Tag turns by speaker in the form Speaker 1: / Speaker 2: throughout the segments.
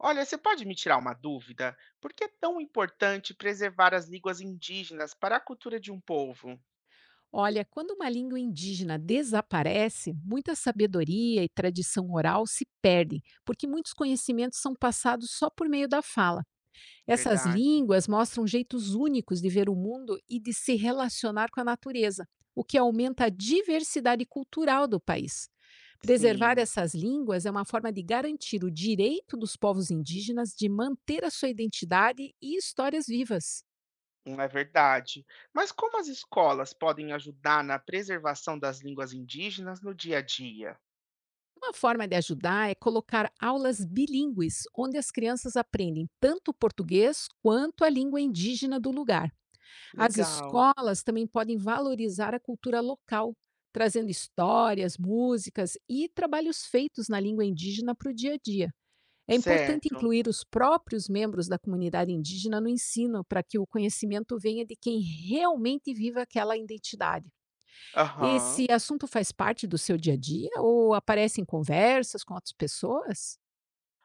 Speaker 1: Olha, você pode me tirar uma dúvida? Por que é tão importante preservar as línguas indígenas para a cultura de um povo?
Speaker 2: Olha, quando uma língua indígena desaparece, muita sabedoria e tradição oral se perdem, porque muitos conhecimentos são passados só por meio da fala. Essas
Speaker 1: Verdade.
Speaker 2: línguas mostram jeitos únicos de ver o mundo e de se relacionar com a natureza, o que aumenta a diversidade cultural do país. Preservar
Speaker 1: Sim,
Speaker 2: essas línguas é uma forma de garantir o direito dos povos indígenas de manter a sua identidade e histórias vivas.
Speaker 1: não é verdade. Mas como as escolas podem ajudar na preservação das línguas indígenas no dia a dia?
Speaker 2: Uma forma de ajudar é colocar aulas bilíngues, onde as crianças aprendem tanto português quanto a língua indígena do lugar. As
Speaker 1: Legal.
Speaker 2: escolas também podem valorizar a cultura local, trazendo histórias, músicas e trabalhos feitos na língua indígena para o dia a dia. É importante
Speaker 1: Certo.
Speaker 2: incluir os próprios membros da comunidade indígena no ensino, para que o conhecimento venha de quem realmente vive aquela identidade.
Speaker 1: Aham.
Speaker 2: Esse assunto faz parte do seu dia a dia ou aparece em conversas com outras pessoas?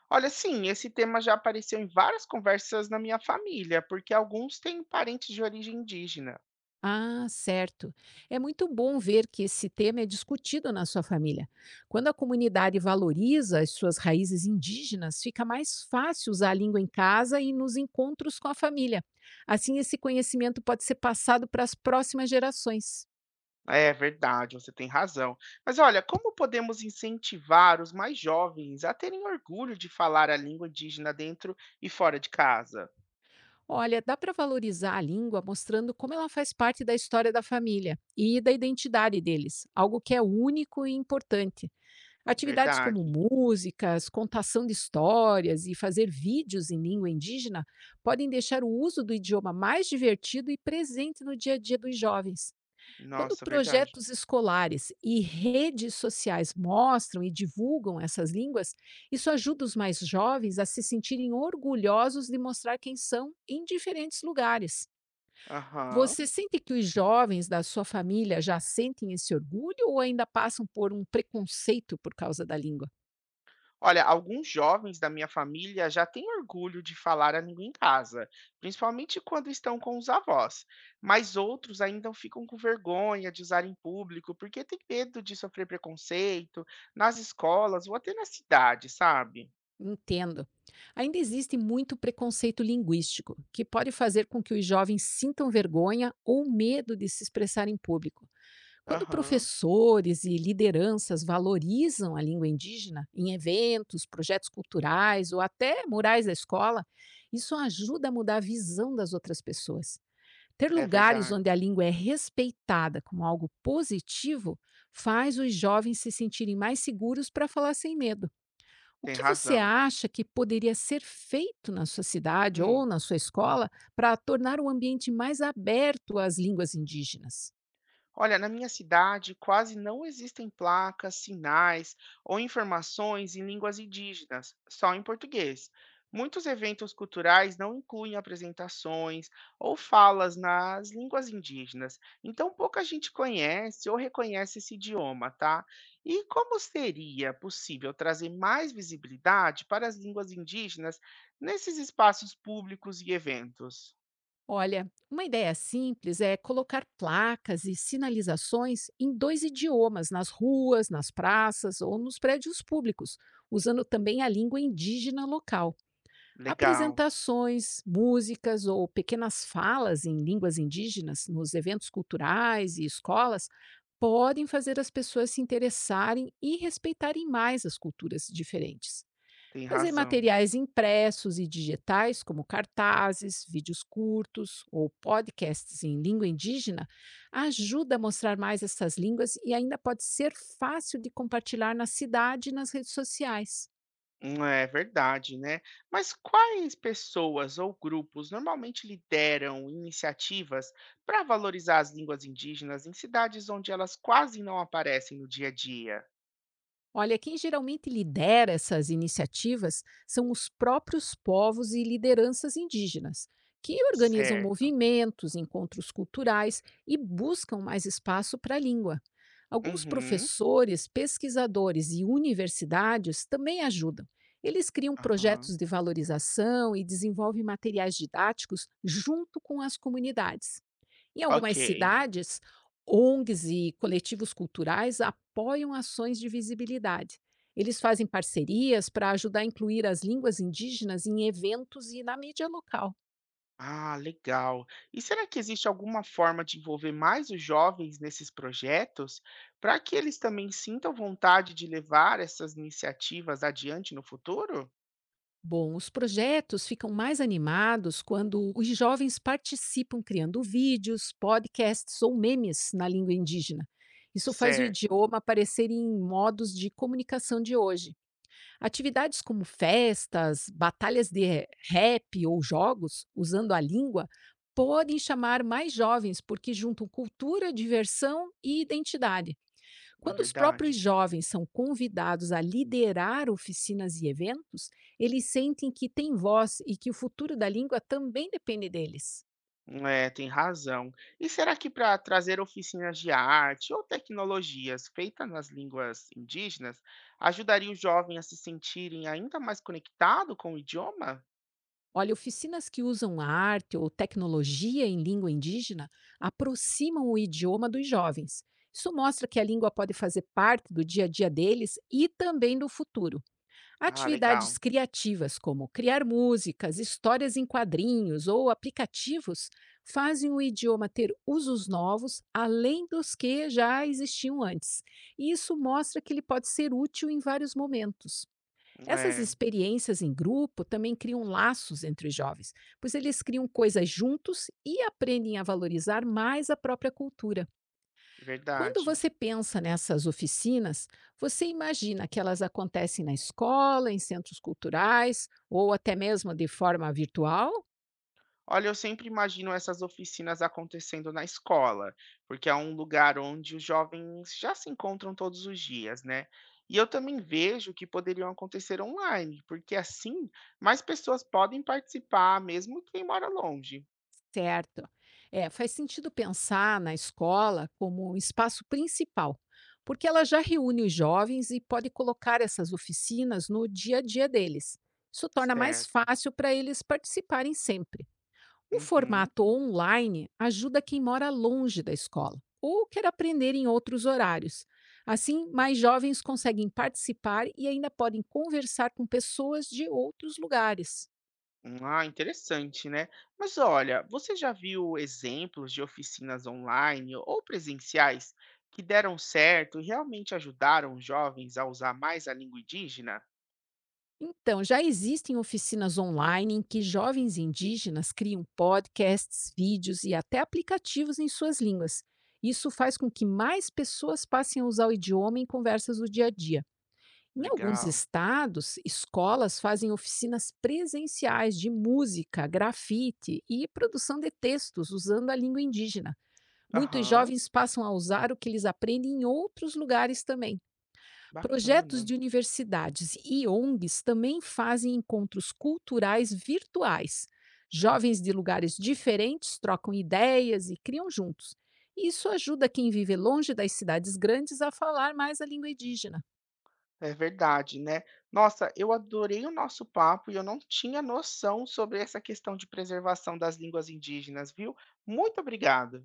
Speaker 1: Olha, sim, esse tema já apareceu em várias conversas na minha família, porque alguns têm parentes de origem indígena.
Speaker 2: Ah, certo. É muito bom ver que esse tema é discutido na sua família. Quando a comunidade valoriza as suas raízes indígenas, fica mais fácil usar a língua em casa e nos encontros com a família. Assim, esse conhecimento pode ser passado para as próximas gerações.
Speaker 1: É verdade, você tem razão. Mas olha, como podemos incentivar os mais jovens a terem orgulho de falar a língua indígena dentro e fora de casa?
Speaker 2: Olha, dá para valorizar a língua mostrando como ela faz parte da história da família e da identidade deles, algo que é único e importante. Atividades como
Speaker 1: Verdade.
Speaker 2: músicas, contação de histórias e fazer vídeos em língua indígena podem deixar o uso do idioma mais divertido e presente no dia a dia dos jovens. Quando
Speaker 1: Nossa, verdade.
Speaker 2: projetos escolares e redes sociais mostram e divulgam essas línguas, isso ajuda os mais jovens a se sentirem orgulhosos de mostrar quem são em diferentes lugares.
Speaker 1: Aham.
Speaker 2: Você sente que os jovens da sua família já sentem esse orgulho ou ainda passam por um preconceito por causa da língua?
Speaker 1: Olha, alguns jovens da minha família já têm orgulho de falar a língua em casa, principalmente quando estão com os avós. Mas outros ainda ficam com vergonha de usar em público porque têm medo de sofrer preconceito nas escolas ou até na cidade, sabe?
Speaker 2: Entendo. Ainda existe muito preconceito linguístico, que pode fazer com que os jovens sintam vergonha ou medo de se expressar em público. Quando
Speaker 1: Aham.
Speaker 2: professores e lideranças valorizam a língua indígena em eventos, projetos culturais ou até murais da escola, isso ajuda a mudar a visão das outras pessoas. Ter
Speaker 1: É
Speaker 2: lugares
Speaker 1: verdade,
Speaker 2: onde a língua é respeitada como algo positivo faz os jovens se sentirem mais seguros para falar sem medo. O
Speaker 1: tem
Speaker 2: que você
Speaker 1: razão.
Speaker 2: acha que poderia ser feito na sua cidade ou
Speaker 1: Hum.
Speaker 2: na sua escola para tornar o ambiente mais aberto às línguas indígenas?
Speaker 1: Olha, na minha cidade quase não existem placas, sinais ou informações em línguas indígenas, só em português. Muitos eventos culturais não incluem apresentações ou falas nas línguas indígenas, então pouca gente conhece ou reconhece esse idioma, tá? E como seria possível trazer mais visibilidade para as línguas indígenas nesses espaços públicos e eventos?
Speaker 2: Olha, uma ideia simples é colocar placas e sinalizações em dois idiomas nas ruas, nas praças ou nos prédios públicos, usando também a língua indígena local.
Speaker 1: Legal.
Speaker 2: Apresentações, músicas ou pequenas falas em línguas indígenas nos eventos culturais e escolas podem fazer as pessoas se interessarem e respeitarem mais as culturas diferentes.
Speaker 1: Tem
Speaker 2: Fazer
Speaker 1: razão.
Speaker 2: materiais impressos e digitais, como cartazes, vídeos curtos ou podcasts em língua indígena, ajuda a mostrar mais essas línguas e ainda pode ser fácil de compartilhar na cidade e nas redes sociais.
Speaker 1: É verdade, né? Mas quais pessoas ou grupos normalmente lideram iniciativas para valorizar as línguas indígenas em cidades onde elas quase não aparecem no dia a dia?
Speaker 2: Olha, quem geralmente lidera essas iniciativas são os próprios povos e lideranças indígenas, que organizam
Speaker 1: Certo.
Speaker 2: movimentos, encontros culturais e buscam mais espaço para a língua. Alguns
Speaker 1: Uhum.
Speaker 2: professores, pesquisadores e universidades também ajudam. Eles criam projetos
Speaker 1: Aham.
Speaker 2: de valorização e desenvolvem materiais didáticos junto com as comunidades. Em algumas
Speaker 1: Ok.
Speaker 2: cidades, ONGs e coletivos culturais apoiam ações de visibilidade. Eles fazem parcerias para ajudar a incluir as línguas indígenas em eventos e na mídia local.
Speaker 1: Ah, legal. E será que existe alguma forma de envolver mais os jovens nesses projetos para que eles também sintam vontade de levar essas iniciativas adiante no futuro?
Speaker 2: Bom, os projetos ficam mais animados quando os jovens participam criando vídeos, podcasts ou memes na língua indígena. Isso faz o
Speaker 1: Certo,
Speaker 2: idioma aparecer em modos de comunicação de hoje. Atividades como festas, batalhas de rap ou jogos usando a língua podem chamar mais jovens porque juntam cultura, diversão e identidade.
Speaker 1: é
Speaker 2: Quando os próprios
Speaker 1: verdade.
Speaker 2: jovens são convidados a liderar oficinas e eventos, eles sentem que têm voz e que o futuro da língua também depende deles.
Speaker 1: É, tem razão. E será que para trazer oficinas de arte ou tecnologias feitas nas línguas indígenas ajudaria o jovem a se sentirem ainda mais conectado com o idioma?
Speaker 2: Olha, oficinas que usam arte ou tecnologia em língua indígena aproximam o idioma dos jovens. Isso mostra que a língua pode fazer parte do dia a dia deles e também do futuro.
Speaker 1: Ah,
Speaker 2: Atividades
Speaker 1: legal.
Speaker 2: criativas, como criar músicas, histórias em quadrinhos ou aplicativos, fazem o idioma ter usos novos além dos que já existiam antes. E isso mostra que ele pode ser útil em vários momentos. Essas
Speaker 1: É,
Speaker 2: experiências em grupo também criam laços entre os jovens, pois eles criam coisas juntos e aprendem a valorizar mais a própria cultura. Quando
Speaker 1: verdade.
Speaker 2: você pensa nessas oficinas, você imagina que elas acontecem na escola, em centros culturais ou até mesmo de forma virtual?
Speaker 1: Olha, eu sempre imagino essas oficinas acontecendo na escola, porque é um lugar onde os jovens já se encontram todos os dias, né? E eu também vejo que poderiam acontecer online, porque assim mais pessoas podem participar, mesmo quem mora longe.
Speaker 2: Certo. É, faz sentido pensar na escola como um espaço principal, porque ela já reúne os jovens e pode colocar essas oficinas no dia a dia deles. Isso torna mais
Speaker 1: Certo.
Speaker 2: fácil para eles participarem sempre. O
Speaker 1: Uhum.
Speaker 2: formato online ajuda quem mora longe da escola ou quer aprender em outros horários. Assim, mais jovens conseguem participar e ainda podem conversar com pessoas de outros lugares.
Speaker 1: Ah, interessante, né? Mas olha, você já viu exemplos de oficinas online ou presenciais que deram certo e realmente ajudaram os jovens a usar mais a língua indígena?
Speaker 2: Então, já existem oficinas online em que jovens indígenas criam podcasts, vídeos e até aplicativos em suas línguas. Isso faz com que mais pessoas passem a usar o idioma em conversas do dia a dia. Em alguns
Speaker 1: Legal.
Speaker 2: estados, escolas fazem oficinas presenciais de música, grafite e produção de textos usando a língua indígena. Muitos
Speaker 1: Aham,
Speaker 2: jovens passam a usar o que eles aprendem em outros lugares também. Projetos
Speaker 1: bacana.
Speaker 2: de universidades e ONGs também fazem encontros culturais virtuais. Jovens de lugares diferentes trocam ideias e criam juntos. Isso ajuda quem vive longe das cidades grandes a falar mais a língua indígena.
Speaker 1: É verdade, né. Nossa, eu adorei o nosso papo e eu não tinha noção sobre essa questão de preservação das línguas indígenas, viu. Muito obrigada.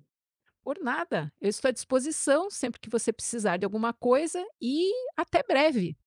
Speaker 2: Por nada, eu estou à disposição sempre que você precisar de alguma coisa e até breve!